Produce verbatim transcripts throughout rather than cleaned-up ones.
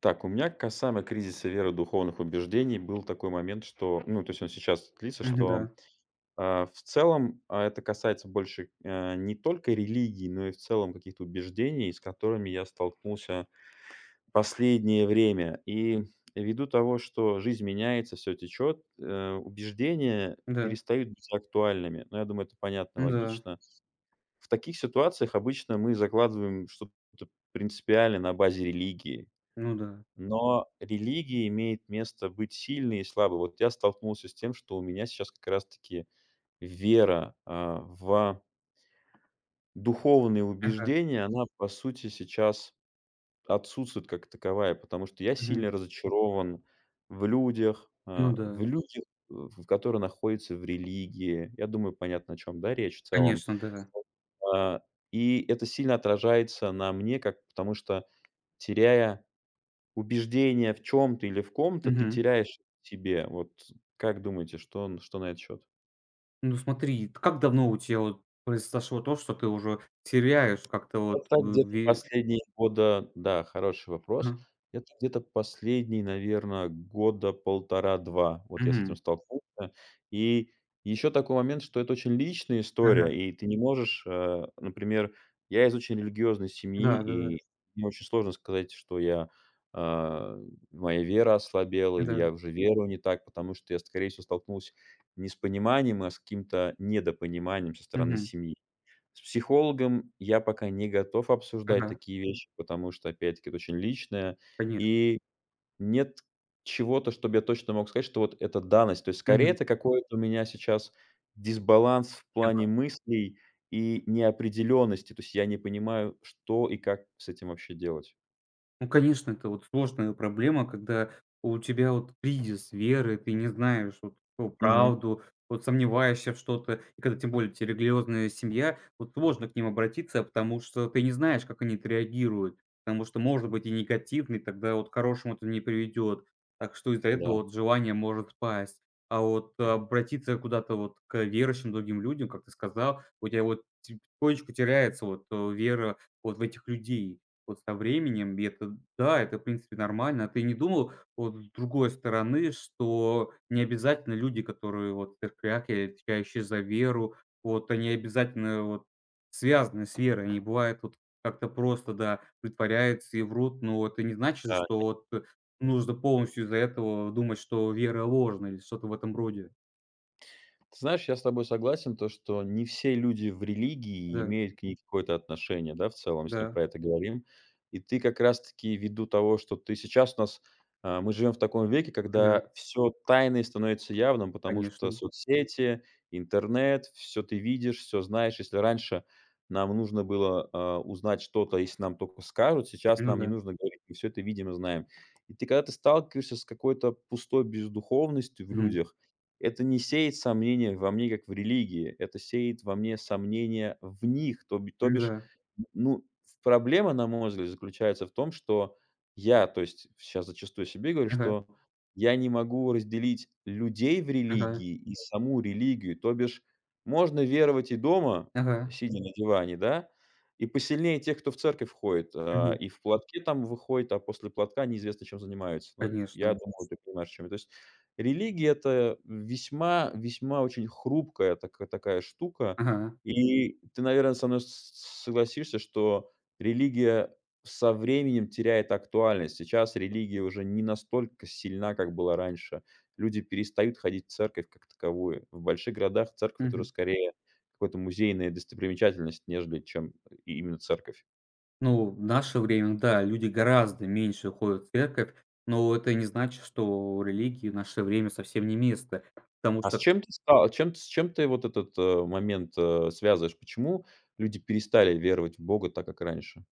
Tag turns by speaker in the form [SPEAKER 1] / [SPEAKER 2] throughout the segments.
[SPEAKER 1] Так, у меня касаемо кризиса веры духовных убеждений был такой момент, что, ну, то есть он сейчас длится,
[SPEAKER 2] Мгм,
[SPEAKER 1] что
[SPEAKER 2] да,
[SPEAKER 1] а, в целом а, это касается больше э, не только религии, но и в целом каких-то убеждений, с которыми я столкнулся в последнее время. И ввиду того, что жизнь меняется, все течет, э, убеждения
[SPEAKER 2] да,
[SPEAKER 1] перестают быть актуальными. Но я думаю, это понятно и
[SPEAKER 2] ну да,
[SPEAKER 1] логично. В таких ситуациях обычно мы закладываем что-то принципиально на базе религии,
[SPEAKER 2] ну да.
[SPEAKER 1] но религия имеет место быть сильной и слабой. Вот я столкнулся с тем, что у меня сейчас как раз-таки вера, а, в духовные
[SPEAKER 2] Ага,
[SPEAKER 1] убеждения, она, по сути, сейчас отсутствует как таковая, потому что я
[SPEAKER 2] мгм,
[SPEAKER 1] сильно разочарован в людях,
[SPEAKER 2] ну
[SPEAKER 1] а, в
[SPEAKER 2] да,
[SPEAKER 1] людях, э, в которые находятся в религии. Я думаю, понятно, о чем, да, речь в целом.
[SPEAKER 2] конечно, да.
[SPEAKER 1] Вот, а, и это сильно отражается на мне, как потому что теряя Убеждения в чем то или в ком-то, ты
[SPEAKER 2] Мгм.
[SPEAKER 1] теряешь в себе. Вот как думаете, что н что на этот счет?
[SPEAKER 2] Ну смотри, т как давно у тебя вот произошло то, что ты уже теряешь как-то вот
[SPEAKER 1] Это
[SPEAKER 2] в
[SPEAKER 1] где-то
[SPEAKER 2] ве
[SPEAKER 1] последние года, да, хороший вопрос.
[SPEAKER 2] Ага,
[SPEAKER 1] Это где-то последние, наверное, года полтора-два. Вот я с
[SPEAKER 2] мгм,
[SPEAKER 1] этим столкнулся. И еще такой момент, что это очень личная история,
[SPEAKER 2] ага,
[SPEAKER 1] и ты не можешь, э, например, я из очень религиозной семьи,
[SPEAKER 2] да-да-да, да,
[SPEAKER 1] и мне очень сложно сказать, что я, а, моя вера ослабела или
[SPEAKER 2] да, да,
[SPEAKER 1] я уже верую не так, потому что я, скорее всего, столкнулся не с пониманием, а с каким-то недопониманием со стороны
[SPEAKER 2] мгм,
[SPEAKER 1] семьи. С психологом я пока не готов обсуждать
[SPEAKER 2] ага,
[SPEAKER 1] такие вещи, потому что, опять-таки, это очень личное,
[SPEAKER 2] конечно,
[SPEAKER 1] и нет чего-то, чтобы я точно мог сказать, что вот это данность. То есть скорее
[SPEAKER 2] мгм,
[SPEAKER 1] это какой-то у меня сейчас дисбаланс в плане
[SPEAKER 2] ага.
[SPEAKER 1] мыслей и неопределенности. То есть я не понимаю, что и как с этим вообще делать.
[SPEAKER 2] Ну, конечно, это вот сложная проблема, когда у тебя вот кризис веры, ты не знаешь вот ну,
[SPEAKER 1] Мгм.
[SPEAKER 2] правду, вот сомневаешься в что-то, и когда тем более тебе религиозная семья, вот сложно к ним обратиться, потому что ты не знаешь, как они отреагируют, потому что может быть и негативный, тогда вот к хорошему это не приведет, так что из-за этого
[SPEAKER 1] Да,
[SPEAKER 2] вот желание может спасть. А вот а, обратиться куда-то вот к верующим другим людям, как ты сказал, у тебя вот потихонечку теряется вот э, вера вот в этих людей. Вот со временем, и это да, это, в принципе, нормально. А ты не думал, вот с другой стороны, что не обязательно люди, которые вот в церквях и отвечающие за веру, вот они обязательно вот связаны с верой. Они бывают вот как-то просто, да, притворяются и врут, но это не значит,
[SPEAKER 1] да,
[SPEAKER 2] что вот э, нужно
[SPEAKER 1] конечно.
[SPEAKER 2] полностью из-за этого думать, что вера ложна или что-то в этом роде.
[SPEAKER 1] Ты знаешь, я с тобой согласен, то, что не все люди в религии
[SPEAKER 2] Да,
[SPEAKER 1] имеют к ней какое-то отношение, да, в целом, если мы
[SPEAKER 2] да,
[SPEAKER 1] про это говорим. И ты как раз-таки ввиду того, что ты сейчас у нас, а, мы живем в таком веке,
[SPEAKER 2] да,
[SPEAKER 1] когда все тайное становится явным, потому что
[SPEAKER 2] конечно.
[SPEAKER 1] соцсети, интернет, все ты видишь, все знаешь. Если раньше нам нужно было а, узнать что-то, если нам только скажут, сейчас
[SPEAKER 2] Ну
[SPEAKER 1] нам не
[SPEAKER 2] да.
[SPEAKER 1] нужно говорить, мы все это видим и знаем. И ты когда ты сталкиваешься с какой-то пустой бездуховностью в
[SPEAKER 2] Мгм.
[SPEAKER 1] людях, это не сеет сомнения во мне, как в религии, это сеет во мне сомнения в них. То б то
[SPEAKER 2] Ну
[SPEAKER 1] бишь,
[SPEAKER 2] Да.
[SPEAKER 1] ну, в проблема, на мой взгляд, заключается в том, что я, то есть сейчас зачастую себе говорю,
[SPEAKER 2] Ага,
[SPEAKER 1] что я не могу разделить людей в
[SPEAKER 2] ага,
[SPEAKER 1] религии и саму религию. То бишь можно веровать и дома,
[SPEAKER 2] ага.
[SPEAKER 1] сидя на диване, да, и посильнее тех, кто в церковь ходит, а,
[SPEAKER 2] Мгм.
[SPEAKER 1] и в платке там выходит, а после платка неизвестно чем занимаются. Ну, я
[SPEAKER 2] Конечно.
[SPEAKER 1] думаю, ты понимаешь, чем. Я. То есть религия — это весьма весьма очень хрупкая така такая штука.
[SPEAKER 2] Ага,
[SPEAKER 1] И ты, наверное, со мной с согласишься, что религия со временем теряет актуальность. Сейчас религия уже не настолько сильна, как была раньше. Люди перестают ходить в церковь как таковую. В больших городах церковь — это уже
[SPEAKER 2] мгм.
[SPEAKER 1] скорее какая то музейная достопримечательность, нежели чем э, именно церковь.
[SPEAKER 2] Ну, в наше время, да, люди гораздо меньше ходят в церковь, но это не значит, что религии в наше время совсем не место. Потому
[SPEAKER 1] А с
[SPEAKER 2] что.
[SPEAKER 1] чем ты ста чем с чем ты вот этот, э, момент, э, связываешь? Почему люди перестали веровать в Бога так, как раньше?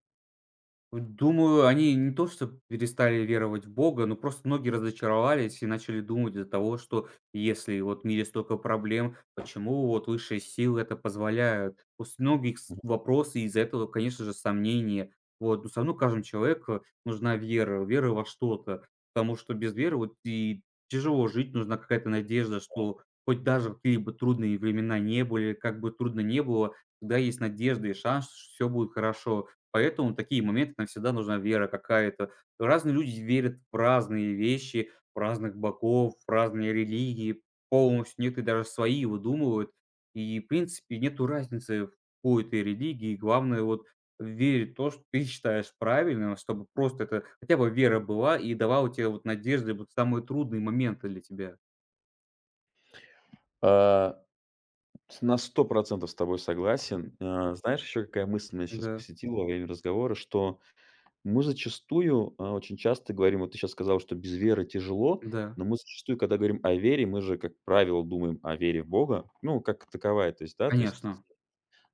[SPEAKER 2] Думаю, они не то что перестали веровать в Бога, но просто многие разочаровались и начали думать из-за того, что если вот в мире столько проблем, почему вот высшие силы это позволяют? После многих с-
[SPEAKER 1] Мгм.
[SPEAKER 2] вопросы из-за этого, конечно же, сомнения. Вот, но все равно каждому человеку нужна вера, вера во что-то, потому что без веры вот и тяжело жить, нужна какая-то надежда, что хоть даже какие бы трудные времена не были, как бы трудно не было, всегда есть надежда и шанс, что все будет хорошо. Поэтому такие моменты, нам всегда нужна вера какая-то. Разные люди верят в разные вещи, в разных богов, в разные религии полностью. Некоторые даже свои выдумывают. И, в принципе, нету разницы в какой ты религии. Главное вот верить в то, что ты считаешь правильным, чтобы просто это хотя бы вера была и давала тебе вот надежды вот в самые трудные моменты для тебя.
[SPEAKER 1] А, с на сто процентов с тобой согласен.
[SPEAKER 2] Мгм.
[SPEAKER 1] А, знаешь, еще какая мысль меня сейчас
[SPEAKER 2] Да,
[SPEAKER 1] посетила во время разговора, что мы зачастую, а, очень часто говорим, вот ты сейчас сказал, что без веры тяжело,
[SPEAKER 2] да,
[SPEAKER 1] но мы зачастую, когда говорим о вере, мы же, как правило, думаем о вере в Бога, ну, как таковая, то есть, да, то есть
[SPEAKER 2] конечно.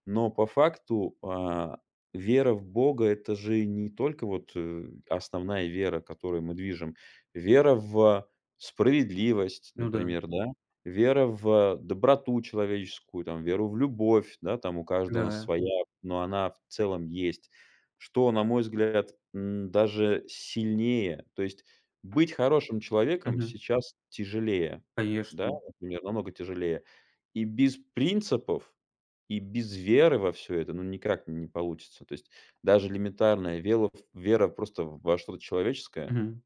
[SPEAKER 1] Но по факту, а, вера в Бога — это же не только вот, э, основная вера, которой мы движем. Вера в справедливость,
[SPEAKER 2] Ну да,
[SPEAKER 1] например, да, вера в доброту человеческую, там, веру в любовь, да, там у каждого у нас
[SPEAKER 2] да.
[SPEAKER 1] своя, но она в целом есть. Что, на мой взгляд, м, даже сильнее. То есть быть хорошим человеком
[SPEAKER 2] Мгм.
[SPEAKER 1] сейчас тяжелее, да,
[SPEAKER 2] Конечно.
[SPEAKER 1] например, намного тяжелее. И без принципов и без веры во все это, ну, никак не получится. То есть даже элементарная велов вера просто во что-то человеческое
[SPEAKER 2] Мгм.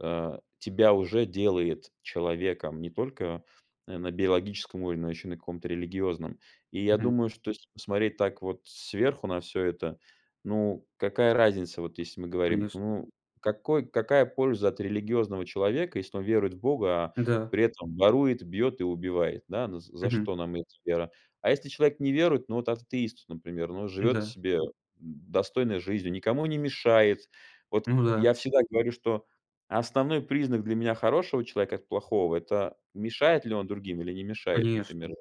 [SPEAKER 1] э, тебя уже делает человеком не только, э, на биологическом уровне, но еще и на каком-то религиозном. И я
[SPEAKER 2] Мгм.
[SPEAKER 1] думаю, что если посмотреть так вот сверху на все это, ну, какая разница, вот если мы говорим,
[SPEAKER 2] Конечно.
[SPEAKER 1] ну, какой какая польза от религиозного человека, если он верует в Бога, а
[SPEAKER 2] Да.
[SPEAKER 1] при этом ворует, бьет и убивает, да? Ну, за
[SPEAKER 2] Мгм.
[SPEAKER 1] что нам эта вера? А если человек не верует, ну, вот атеист, например, ну, живет
[SPEAKER 2] Да,
[SPEAKER 1] себе достойной жизнью, никому не мешает. Вот
[SPEAKER 2] ну да,
[SPEAKER 1] я всегда говорю, что Основной признак для меня хорошего человека от плохого — это мешает ли он другим или не мешает, например.
[SPEAKER 2] конечно.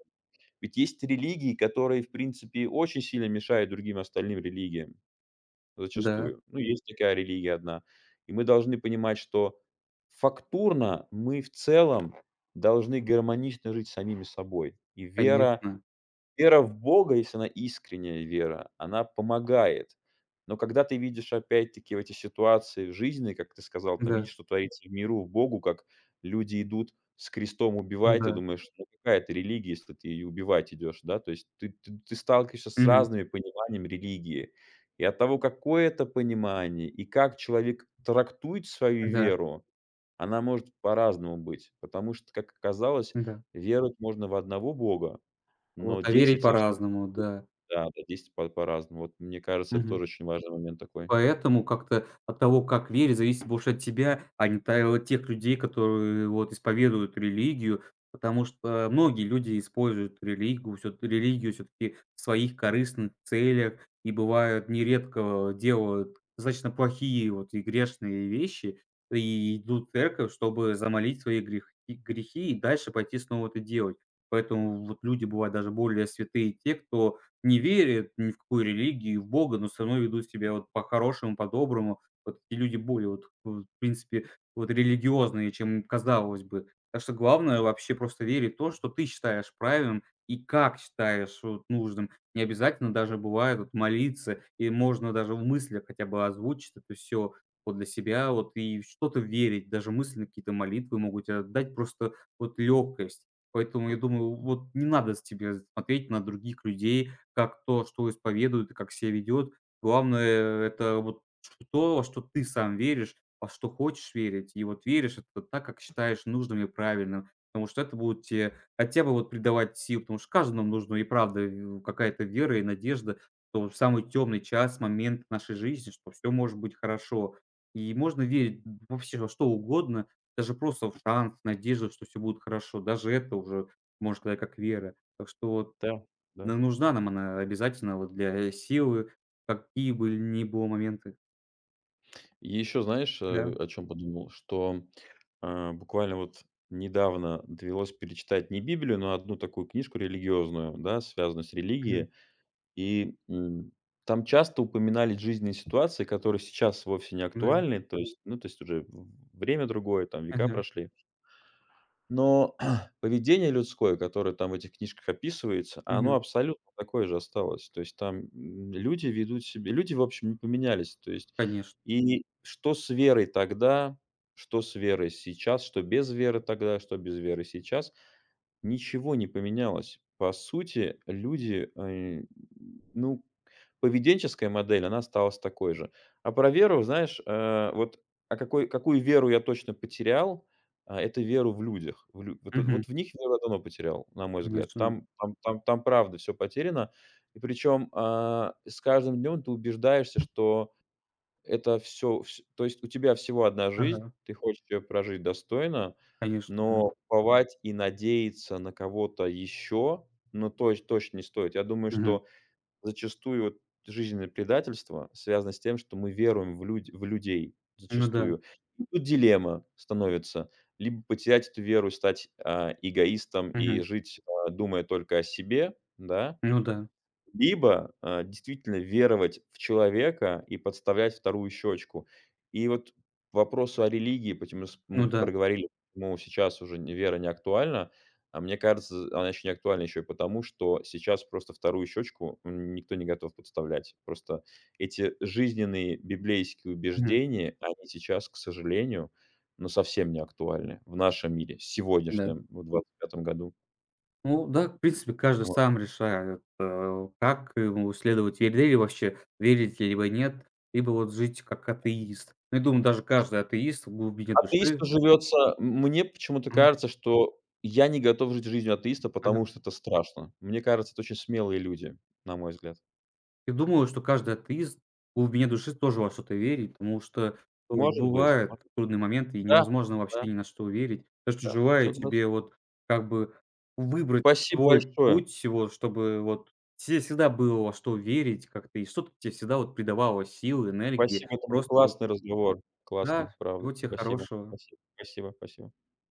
[SPEAKER 1] Ведь есть религии, которые, в принципе, очень сильно мешают другим остальным религиям,
[SPEAKER 2] Да,
[SPEAKER 1] зачастую. Ну, есть такая религия одна. И мы должны понимать, что фактурно мы в целом должны гармонично жить с самими собой. И вера
[SPEAKER 2] конечно.
[SPEAKER 1] Вера в Бога, если она искренняя вера, она помогает. Но когда ты видишь опять-таки в эти ситуации жизненные, как ты сказал, там
[SPEAKER 2] Да,
[SPEAKER 1] видишь, что творится в миру, в Богу, как люди идут с крестом убивать, ты
[SPEAKER 2] да.
[SPEAKER 1] думаешь, ну какая это религия, если ты ее убивать идешь, да? То есть ты, ты, ты сталкиваешься с
[SPEAKER 2] Мгм.
[SPEAKER 1] разными пониманиями религии. И от того, какое это понимание, и как человек трактует свою
[SPEAKER 2] Да,
[SPEAKER 1] веру, она может по-разному быть. Потому что, как оказалось,
[SPEAKER 2] да.
[SPEAKER 1] веровать можно в одного Бога,
[SPEAKER 2] Вот,
[SPEAKER 1] но
[SPEAKER 2] а верить
[SPEAKER 1] действовать совсем
[SPEAKER 2] по-разному,
[SPEAKER 1] по-другому.
[SPEAKER 2] да.
[SPEAKER 1] Да, да, действовать по по-разному. Вот мне кажется, это
[SPEAKER 2] Мгм.
[SPEAKER 1] тоже очень важный момент такой.
[SPEAKER 2] Поэтому как-то от того, как верить, зависит больше от тебя, а не та от тех людей, которые вот исповедуют религию. Потому что многие люди используют религию, всё религию все таки в своих корыстных целях и бывают нередко делают достаточно плохие вот и грешные вещи, и идут в церковь, чтобы замолить свои грехи, грехи и дальше пойти снова это делать. Поэтому вот люди бывают даже более святые те, кто не верят ни в какую религию, в Бога, но все равно ведут себя вот по-хорошему, по-доброму. Вот эти люди более вот, в принципе, вот религиозные, чем казалось бы. Так что главное вообще просто верить в то, что ты считаешь правильным и как считаешь вот нужным. Не обязательно даже бывает вот молиться, и можно даже в мыслях хотя бы озвучить это все вот для себя, вот и в что-то верить, даже мысленно какие-то молитвы могут тебе дать просто вот легкость. Поэтому я думаю, вот не надо с тебе смотреть на других людей, как то, что исповедует и как себя ведет. Главное, э, это вот то, во что ты сам веришь, во что хочешь верить. И вот веришь это так, как считаешь нужным и правильным. Потому что это будет тебе хотя бы вот придавать сил, потому что каждому нужна и правда э, какая-то вера и надежда, что в самый темный час, момент нашей жизни, что все может быть хорошо. И можно верить вообще во что угодно, даже просто в шанс, в надежду, что все будет хорошо. Даже это уже можно сказать как вера. Так что вот
[SPEAKER 1] Да, да.
[SPEAKER 2] ну, нужна нам она обязательно вот для силы, какие бы ни было моменты.
[SPEAKER 1] И еще знаешь, э,
[SPEAKER 2] Да.
[SPEAKER 1] о чем подумал, что, а, буквально вот недавно довелось перечитать не Библию, но одну такую книжку религиозную, да, связанную с
[SPEAKER 2] Мгм.
[SPEAKER 1] религией. И, м, там часто упоминались жизненные ситуации, которые сейчас вовсе не
[SPEAKER 2] Да.
[SPEAKER 1] актуальны. То есть, ну, то есть уже в время другое, там века
[SPEAKER 2] Ага.
[SPEAKER 1] прошли. Но поведение людское, которое там в этих книжках описывается, оно
[SPEAKER 2] Мгм.
[SPEAKER 1] абсолютно такое же осталось. То есть там, м, люди ведут себя люди, в общем, не поменялись. То есть
[SPEAKER 2] Конечно.
[SPEAKER 1] и что с верой тогда, что с верой сейчас, что без веры тогда, что без веры сейчас, ничего не поменялось. По сути, люди, э, ну, Поведенческая модель, она осталась такой же. А про веру, знаешь, э, вот, а какой какую веру я точно потерял, а, это веру в людях. В лю вот
[SPEAKER 2] Мгм.
[SPEAKER 1] вот в них веру я давно потерял, на мой взгляд.
[SPEAKER 2] Конечно.
[SPEAKER 1] Там там там там правда все потеряно. И причем, а, с каждым днем ты убеждаешься, что это все. то есть у тебя всего одна жизнь,
[SPEAKER 2] Ага.
[SPEAKER 1] ты хочешь ее прожить достойно,
[SPEAKER 2] Конечно, да.
[SPEAKER 1] но уповать и надеяться на кого-то еще, ну, точ точно не стоит. Я думаю,
[SPEAKER 2] Мгм.
[SPEAKER 1] что Зачастую вот жизненное предательство связано с тем, что мы веруем в люд в людей
[SPEAKER 2] Ну да.
[SPEAKER 1] зачастую. И тут дилемма становится: либо потерять эту веру, стать, а, эгоистом и
[SPEAKER 2] Мгм.
[SPEAKER 1] жить, а, думая только о себе, да,
[SPEAKER 2] Ну да.
[SPEAKER 1] либо, э, действительно веровать в человека и подставлять вторую щечку. И вот к вопросу о религии, почему с
[SPEAKER 2] Ну
[SPEAKER 1] мы
[SPEAKER 2] да.
[SPEAKER 1] проговорили, почему сейчас уже не вера не актуальна. А мне кажется, она еще не актуальна еще и потому, что сейчас просто вторую щечку м, никто не готов подставлять. Просто эти жизненные библейские
[SPEAKER 2] Мгм.
[SPEAKER 1] убеждения, они сейчас, к сожалению, но совсем не актуальны в нашем мире,
[SPEAKER 2] Да.
[SPEAKER 1] сегодняшнем, в двадцать пятом году.
[SPEAKER 2] Ну да, в принципе, каждый сам решает, э, как ему следовать вере или вообще верить, либо нет, либо вот жить как атеист. Ну, я думаю, даже каждый атеист в глубине души
[SPEAKER 1] Атеисту живется мне почему-то
[SPEAKER 2] мгм.
[SPEAKER 1] кажется, что я не готов жить жизнью атеиста, потому
[SPEAKER 2] Мгм.
[SPEAKER 1] что это страшно. Мне кажется, это очень смелые люди, на мой взгляд.
[SPEAKER 2] И думаю, что каждый атеист в глубине души тоже во что-то верит, потому что вот
[SPEAKER 1] Может быть,
[SPEAKER 2] бывают
[SPEAKER 1] может быть.
[SPEAKER 2] трудные моменты, и
[SPEAKER 1] Да,
[SPEAKER 2] невозможно
[SPEAKER 1] да,
[SPEAKER 2] вообще ни на что верить. Я же желаю тебе
[SPEAKER 1] согласен.
[SPEAKER 2] вот как бы выбрать
[SPEAKER 1] Спасибо
[SPEAKER 2] свой
[SPEAKER 1] большое.
[SPEAKER 2] путь, вот, чтобы вот те всегда было во что верить как-то, и что-то тебе всегда вот придавало сил, энергии.
[SPEAKER 1] Спасибо, это был
[SPEAKER 2] Просто вот
[SPEAKER 1] классный разговор.
[SPEAKER 2] да,
[SPEAKER 1] Классный, правда.
[SPEAKER 2] всего тебе
[SPEAKER 1] Спасибо,
[SPEAKER 2] хорошего.
[SPEAKER 1] спасибо, спасибо, спасибо.